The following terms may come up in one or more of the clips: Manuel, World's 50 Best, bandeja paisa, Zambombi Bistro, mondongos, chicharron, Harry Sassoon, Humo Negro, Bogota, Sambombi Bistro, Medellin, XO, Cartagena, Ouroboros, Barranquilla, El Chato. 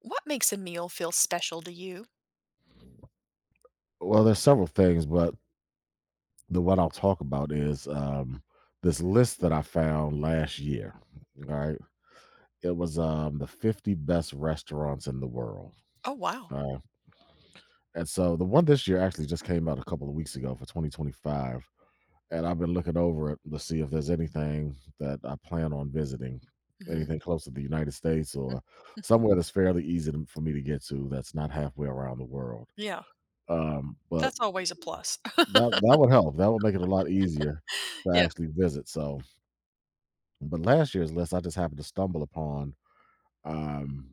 What makes a meal feel special to you? Well, there's several things, but the one I'll talk about is this list that I found last year. All right, it was the 50 best restaurants in the world. Oh, wow. All right, and so the one this year actually just came out a couple of weeks ago for 2025, and I've been looking over it to see if there's anything that I plan on visiting, Mhm. anything close to the United States or somewhere that's fairly easy for me to get to that's not halfway around the world. Yeah, But that's always a plus. that would help. That would make it a lot easier to Yeah. actually visit, so but last year's list, I just happened to stumble upon, um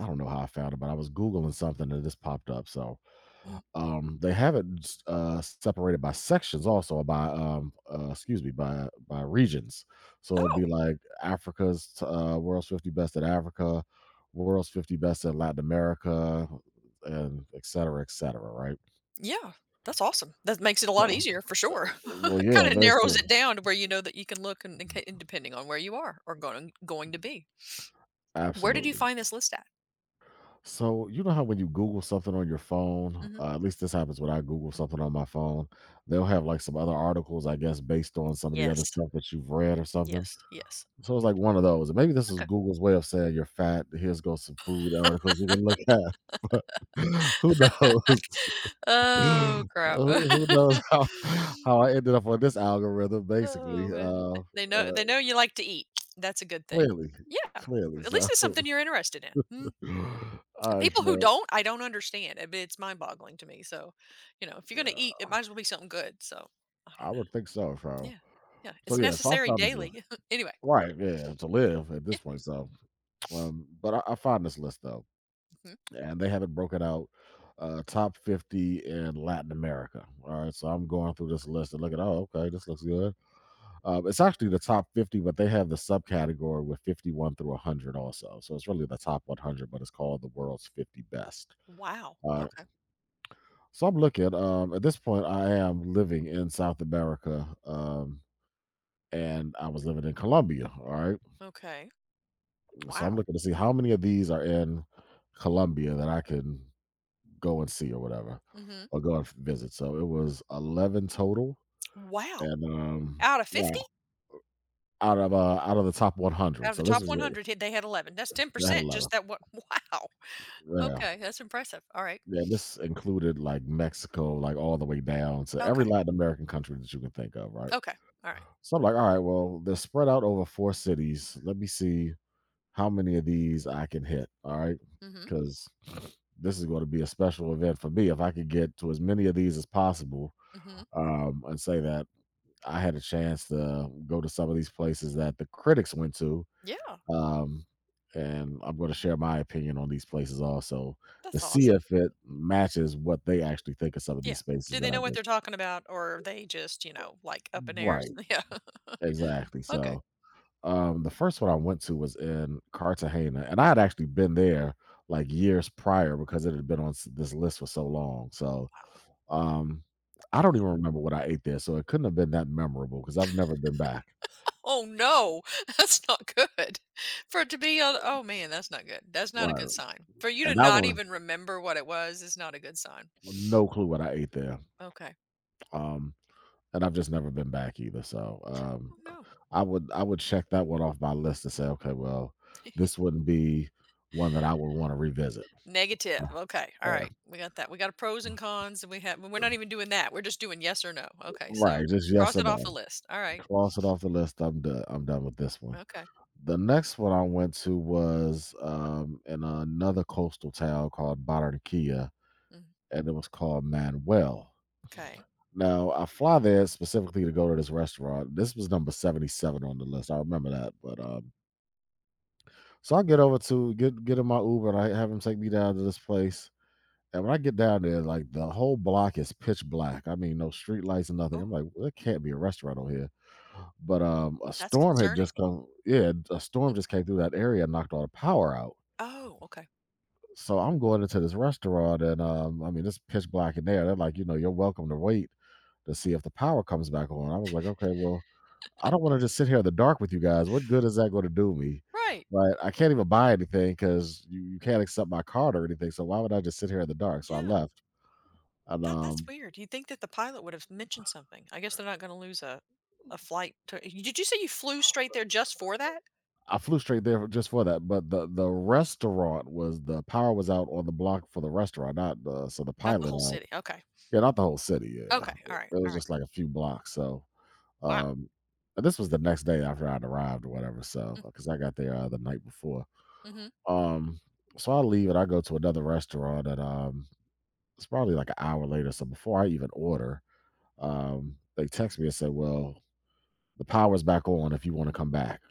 I don't know how I found it, but I was Googling something and this popped up, so, Mhm. They have it s separated by sections also, or by, excuse me, by regions, so it'd Oh, be like Africa's t World's 50 Best at Africa, World's 50 Best at Latin America, and et cetera, et cetera, right? yeah. That's awesome. That makes it a lot No. easier for sure. Well, yeah, Kind it of makes narrows it sense. down to where you know that you can look and, and depending on where you are or going to be. Where did you Absolutely. find this list at? So you know how when you Google something on your phone, Hmm. At least this happens when I Google something on my phone, they'll have like some other articles, I guess, based on some of the other Yes. stuff that you've read or something. Yes. Yes. So it's like one of those. And maybe this is Okay. Google's way of saying you're fat. Here's go some food articles you can look at. But who knows? who, Oh crap. who knows how I ended up on this algorithm? Basically, Oh man. Uh, They know you like to eat. That's a good thing. clearly, Yeah. clearly. At least So, it's something all you're interested in. And right, people who well, don't, I don't understand. I it's mind boggling to me. So, if you're gonna yeah. eat, it might as well be something good. So I I don't know. would think so, so Yeah. Yeah. so, It's yeah, so I necessary found this list daily. Anyway. right, yeah, to live at Yeah. this point, so, but I found this list, though, Mhm. and they have it broken out, top 50 in Latin America, alright? So I'm going through this list and looking, "Oh, okay, this looks good." It's actually the top 50, but they have the subcategory with 51 through 100 also, so it's really the top 100, but it's called the world's 50 best, Wow. alright? Okay. So I'm looking, at this point, I am living in South America, and I was living in Colombia. All right. Okay. So I'm Wow. looking to see how many of these are in Colombia that I can go and see or whatever, Hmm. or go and visit. So it was 11 total. Wow. And Out of yeah, 50? out of out of the top Out 100. of the So this top was the, 100, they had 11. That's they had 10%. 11. Just that one. Wow. Yeah. Okay. That's impressive. All right. Yeah. This included like Mexico, like all the way down to every Okay. Latin American country that you can think of. Right. Okay. All right. So I'm like, all right, well, they're spread out over four cities. Let me see how many of these I can hit. All right. Mm-hmm. Because this is going to be a special event for me. If I could get to as many of these as possible Mm-hmm. And say that I had a chance to go to some of these places that the critics went to. Yeah. Um, and I'm going to share my opinion on these places also to That's see awesome. if it matches what they actually think of some of Yeah. these spaces Do they that know I've what they're visited. talking about, or are they just, like, up in airs? Right. Yeah. Exactly. Okay. So the first one I went to was in Cartagena, and I had actually been there, like, years prior because it had been on s this list for so long, so, um, I don't Wha even remember what I ate there, so it couldn't have been that memorable because 'cause I've never been back. Oh, no. That's not good. For it to be on Oh, man, that's not good. That's not a good Right, sign. For you to and I not were even remember what it was is not a good sign. no clue what I ate there, Okay. um, and I've just never been back either, so, Oh, no. I would check that one off my list to say, "Okay, well, this wouldn't be one that I would wanna revisit." Negative. Okay. All yeah. right. We got that. We got a pros and cons, and we're not even doing that. We're just doing yes or no. Okay. So Right, just yes cross or it off the no. list. All right. Cross it off the list. I'm done. I'm done with this one. Okay. The next one I went to was in another coastal town called Barranquilla, Mm. and it was called Manuel. Okay. Now I fly there specifically to go to this restaurant. This was number 77 on the list. I remember that. But so I get over to get in my Uber and I have him take me down to this place. And when I get down there, like the whole block is pitch black. I mean, no street lights and nothing. I'm Oh, like, "Well, there can't be a restaurant over here. But a that's storm had concerning. just come yeah, a storm just came through that area and knocked all the power out. Oh, okay. So I'm going into this restaurant and. I mean, it's pitch black in there. They're like, you know, "You're welcome to wait to see if the power comes back on." I was like, "Okay, well, I don't wanna just sit here in the dark with you guys. What good is that gonna do me?" Right. Right? I can't even buy anything because you can't accept my card or anything, so why would I just sit here in the dark? So I Yeah. left. And, That that's um weird. You'd think that the pilot would have mentioned something. I guess they're not gonna lose a flight to y did you say you flew straight there just for that? I flew straight there just for that. But the restaurant was the power was out on the block for the restaurant, not the so the Not the pilot whole out. city? Okay. Yeah, not the whole city. Yeah, Okay, alright, it was alright. just like a few blocks. So, Wow. um, and this was the next day after I'd arrived or whatever. So, Mm, because I got there the night before. mhm. Um, so I leave and I go to another restaurant, and it's probably like an hour later. So before I even order, they text me and say, "Well, the power's back on if you want to come back."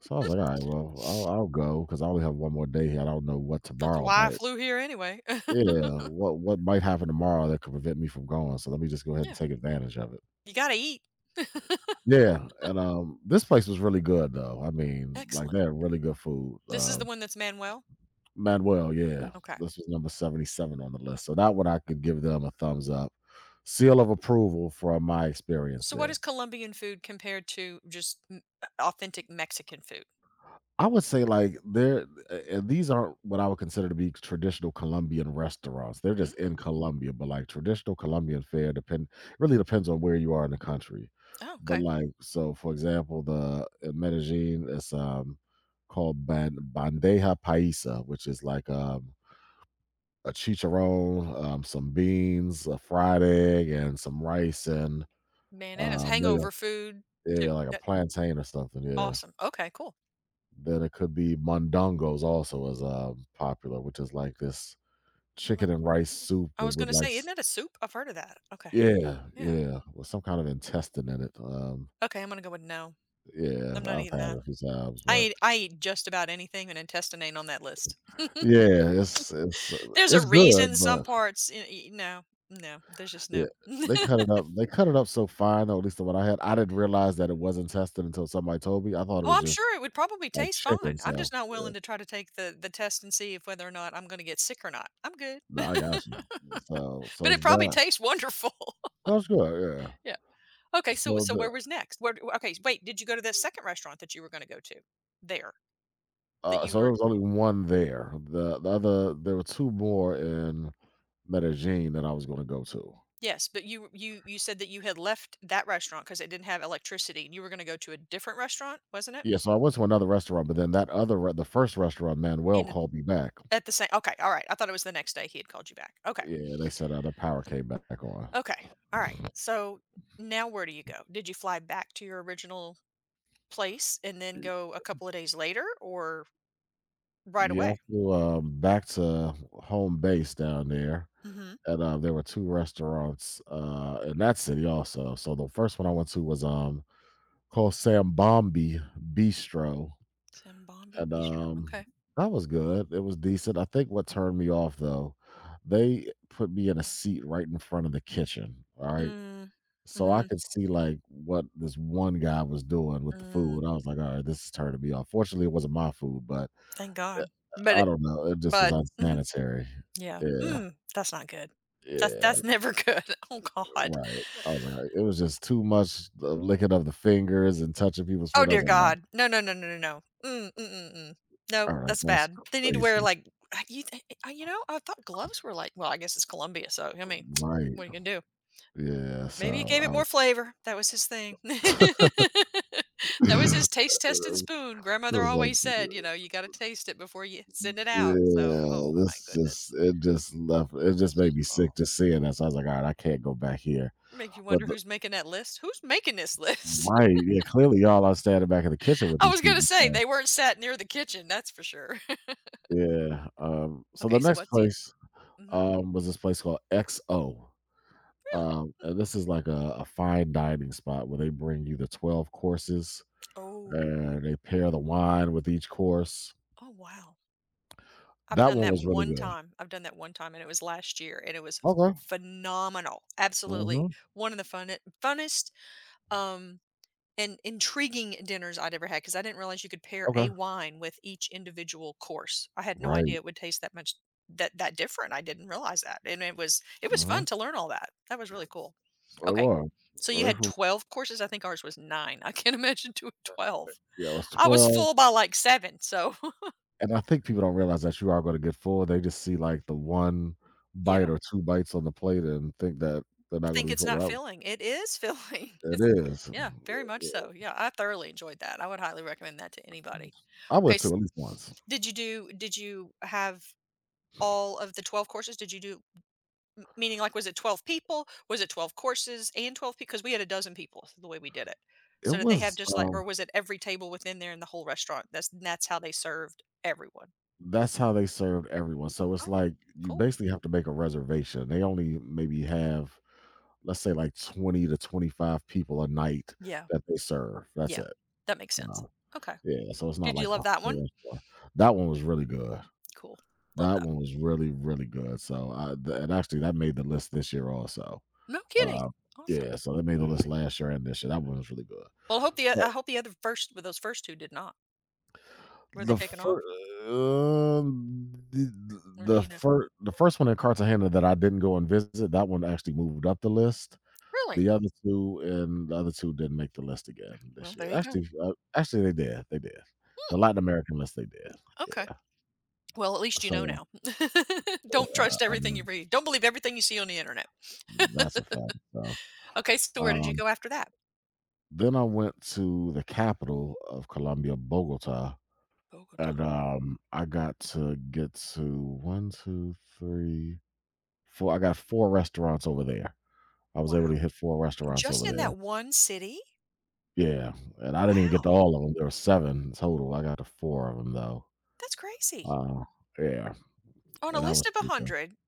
So I was like, all right, well, I'll go because I only have one more day here. I don't know what That's tomorrow why I might. flew here anyway. Yeah, what might happen tomorrow that could prevent me from going? So let me just go ahead and Yeah. take advantage of it. You gotta eat. Yeah, and this place was really good though. I mean, like Excellent. they had really good food. This is the one that's Manuel? Manuel, yeah, Okay. this was number 77 on the list, so that one I could give them a thumbs up, seal of approval for my experience So what there. is Colombian food compared to just m authentic Mexican food? I would say like they're and these aren't what I would consider to be traditional Colombian restaurants. They're just Mm. in Colombia, but like traditional Colombian fare depend really depends on where you are in the country. Oh, But okay. like so for example, the in Medellin is called bandeja paisa, which is like a chicharron, some beans, a fried egg, and some rice and Man, that is um maybe a- hangover food to yeah, like a that. plantain or something. Yeah. Awesome. Okay, cool. Then it could be mondongos also is, popular, which is like this So I'm like chicken and rice soup, I but was with gonna like say, isn't s that a soup? I've heard of that. Okay. yeah, Yeah. yeah, with some kind of intestine in it, Okay, I'm gonna go with no. yeah, I'm not I've eating had it that. a few times, but I eat just about anything, and intestine ain't on that list. yeah, There's a it's reason good, some but parts y y no, no, there's just yeah, no. They cut it up so fine, though, at least the one I had, I didn't realize that it was intestine until somebody told me, I thought it Well, was I'm just sure it would probably like taste chicken, fine. I'm so just not willing to try to take the test and see if whether or not I'm gonna get sick or not. I'm good. no, I got you, so so But it it's probably that. tastes wonderful. That's good, yeah. Yeah. Okay, So so the where was next? Where Okay, wait, did you go to the second restaurant that you were gonna go to? There, that you so there were was only one there. The other there were 2 more in Medellin that I was gonna go to. Yes, but you you said that you had left that restaurant because it didn't have electricity, and you were going to go to a different restaurant, wasn't it? Yeah, so I went to another restaurant, but then that other re the first restaurant, Manuel And it- called me back. at the same, okay, all right. I thought it was the next day he had called you back. Okay, Yeah, they said, the power came back on. okay, all right. So now where do you go? Did you fly back to your original place and then go a couple of days later, or right Yeah, away? I flew, back to home base down there, Mm-hmm. and, there were 2 restaurants, in that city also. So the first one I went to was, called Sambombi Bistro. Zambombi And, Bistro. Okay. um, that was good. It was decent. I think what turned me off though, they put me in a seat right in front of the kitchen, all right? Mm. So I Mm-hmm. could see like what this one guy was doing with the Mm, food. I was like, all right, this is turning me off. Fortunately, it wasn't my food, but thank God. But I it, don't know. It just was but mhm, unsanitary. yeah. Yeah. Mm, that's not good. Yeah. That's never good. Oh God. Right. I was like, it was just too much the licking of the fingers and touching people's Oh, food. I dear was like, god. No, no, no, no, no, no. Mm, mm, mm, mm. Nope, all right, that's that's bad. They need to wear, crazy. like, you know, I thought gloves were like, well, I guess it's Colombia, so, I mean, Right. what are you gonna do? Yeah. So Maybe it gave I it more was flavor. That was his thing. That was his It taste test and spoon. Grandmother was like always said, you know, "You gotta taste it before you send it out." So, yeah, oh my this goodness. just it just left it just That's made just me wrong. sick just seeing that, so I was like, "Alright, I can't go back here." Make you But wonder the who's making that list. Who's making this list? right, yeah, clearly y'all are standing back in the kitchen with I these was gonna people, say, so they weren't sat near the kitchen, that's for sure. yeah, so the Okay, so next what's the place, Mhm. Was this place called XO, Really? Hmm. and this is like a fine dining spot where they bring you the 12 courses, Oh. and they pair the wine with each course. Oh, wow. I've That done one that was really one good. time. I've done that one time, and it was last year, and it was Okay. phenomenal. Absolutely. Mhm. One of the funnest, um, and intriguing dinners I'd ever had, 'cause I would ever had because I did not realize you could pair a Okay. wine with each individual course. I had no idea Right. it would taste that that different. I didn't realize that, and it was fun Mhm. to learn all that. That was really cool. It Okay. was. So you had It was- 12 courses? I think ours was 9. I can't imagine doing 12. Yeah, it was I was 12, full by, like, 7, so and I think people don't realize that you are gonna get full. They just see, like, the 1 Yeah, bite or 2 bites on the plate and think that they're I not gonna think be it's full, not but I was. filling. It is filling. It It's is. Yeah, yeah, very much yeah. so. Yeah, I thoroughly enjoyed that. I would highly recommend that to anybody. I Okay, went s to at least once. Did you have all of the 12 courses? Did you do m meaning, like, was it 12 people? Was it 12 courses and 12 Because we had a dozen people the way we did it. It So did they have was, just, like, um or was it every table within there in the whole restaurant? That's how they served everyone. that's how they served everyone, so it's Oh, like you cool. basically have to make a reservation. They only maybe have, let's say, like, 20 to 25 people a night Yeah, that they serve, that's yeah. it, That makes sense. you Okay. Yeah, so it's not Did you like a love that one? whole restaurant. That one was really good. Cool. Love That that. one was really, really good. So, I th and actually that made the list this year also. No Uh, kidding. Awesome. yeah, so that made the list last year and this year. That one was really good. Well, I So, hope the other first with those first 2 did not. Were they the taken off, fir um, the or do you know? The first one in Cartagena that I didn't go and visit, that one actually moved up the list. Really? The other 2 didn't make the list again Well, this year. there you go. Actually they did, they did. Hmm, The Latin American list, they did. okay. Yeah. Well, at least you know So, now. Don't trust I everything you mean, read. Don't believe everything you see on the internet. that's a fact, so, Okay, so where did you um go after that? Then I went to the capital of Colombia, Bogota, Bogota. and I got to get to 1, 2, 3, 4. I got four restaurants over there. I was Wow. able to hit 4 restaurants over Just in there. that one city? Yeah, and I didn't even get to Wow. all of them. There were 7 total. I got to 4 of them though. That's crazy. Uh, yeah, On a and that list was of pretty good. 100,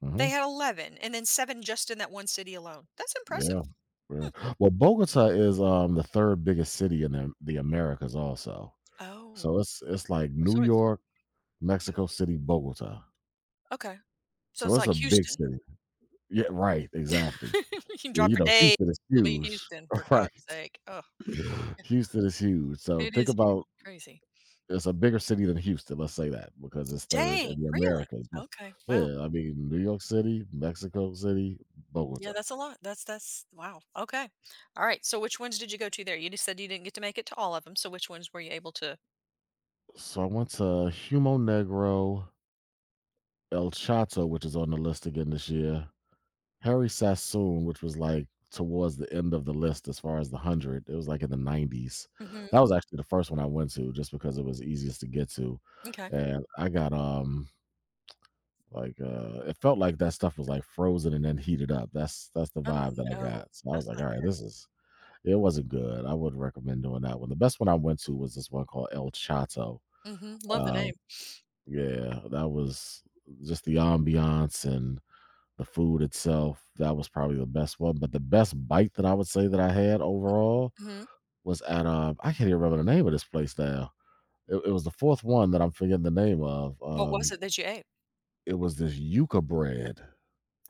hmm they had 11 and then 7 just in that one city alone. That's impressive. Yeah. Yeah. Hmm. Well, Bogota is the third biggest city in the Americas, also. Oh, So it's like New so it's York, okay. Mexico City, Bogota. Okay. So So it's it's like a big Houston. city. Yeah, right, exactly. You can Yeah, drop you a know, day, Houston is it'll be huge. Houston, for Right. God's sake. Oh, yeah, Houston is huge. So it think is about huge, crazy. it's a bigger city than Houston, let's say that, because it's third in Dang, the really? Americas. But Okay, wow. yeah, I mean New York City, Mexico City, Yeah, Bogota. that's a lot. That's wow, okay. Alright, so which ones did you go to there? You just said you didn't get to make it to all of them, so which ones were you able to So I went to Humo Negro, El Chato, which is on the list again this year. Harry Sassoon, which was, like, towards the end of the list as far as the 100, it was, like, in the 90s. mhm, That was actually the first one I went to just because it was easiest to get to, m'kay. and I got, like, it felt like that stuff was, like, frozen and then heated up. That's the Oh, vibe that I no. got. So I was That's like, not "Alright, this is" it wasn't good. I wouldn't recommend doing that one. The best one I went to was this one called El Chato. good. Mhm, love the name. Um, yeah, that was just the ambiance and the food itself. That was probably the best one, but the best bite that I would say that I had overall Mhm. was at, I can't even remember the name of this place now. It was the fourth one that I'm forgetting the name of. What was it that you ate? It was this yuca bread,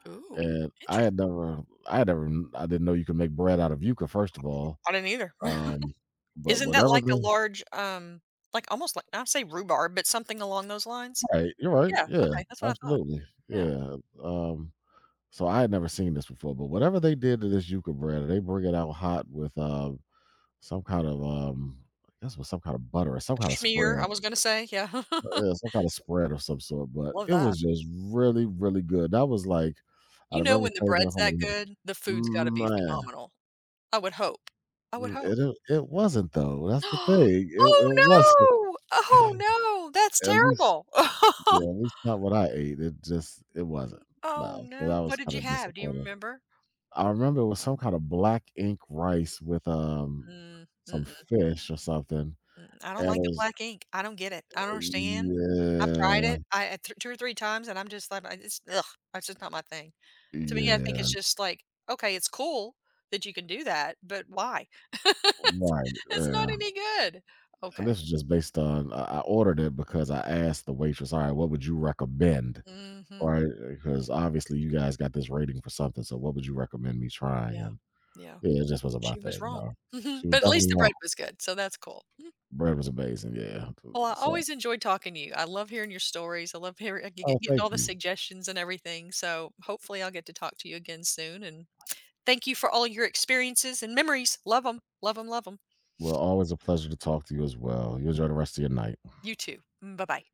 Ooh, and interesting. I had never, I didn't know you could make bread out of yuca first of all. I didn't either. um but Isn't that whatever like a the large, like, almost like I say rhubarb, but something along those lines? right, you're right, Yeah, yeah, okay, that's what I thought. absolutely, Yeah, yeah. um so I had never seen this before, but whatever they did to this yuca bread, they bring it out hot with some kind of, I guess it was some kind of butter or some a kind of schmear, spread. I was gonna say, yeah. Yeah, some kind of spread of some sort, but Love it that. was just really, really good. That was like You out of know when the everything that I've bread's that had, good, the food's gotta be man, phenomenal. I would hope. I would mm, hope. it I it wasn't though, that's the Oh, thing. It wasn't. no! Oh, no, that's At least terrible. yeah, at least not what I ate. It just it wasn't. Oh, No, so that no. What was did you kinda have? Do you disappointing. remember? I remember it was some kind of black ink rice with, Mm, some mm-mm, fish or something, mm, I don't and it like the was black ink. I don't get it. I don't understand. I've tried it. yeah. I th 2 or 3 times, and I'm just like, I just ugh, that's just not my thing. To me, I think it's Yeah, just like, okay, it's cool that you can do that, but why? It's right, it's not yeah, any good. and Okay. this is just based on I ordered it because I asked the waitress, "Alright, what would you recommend?" Mhm. Right? Because obviously you guys got this rating for something, so what would you recommend me trying? Yeah. And, Yeah. yeah, it just wasn't my She was thing, you wrong. know? Mhm. She was But at least definitely the wrong. bread was good, so that's cool. Mhm. Bread was amazing, yeah, so Well, I so, always enjoy talking to you. I love hearing your stories. I love hearing ge Oh, getting thank all the you. suggestions and everything, so hopefully I'll get to talk to you again soon, and thank you for all your experiences and memories. Love Love them. Love them. Love them. Well, always a pleasure to talk to you as well. You enjoy the rest of your night. You too. Mm, bye-bye.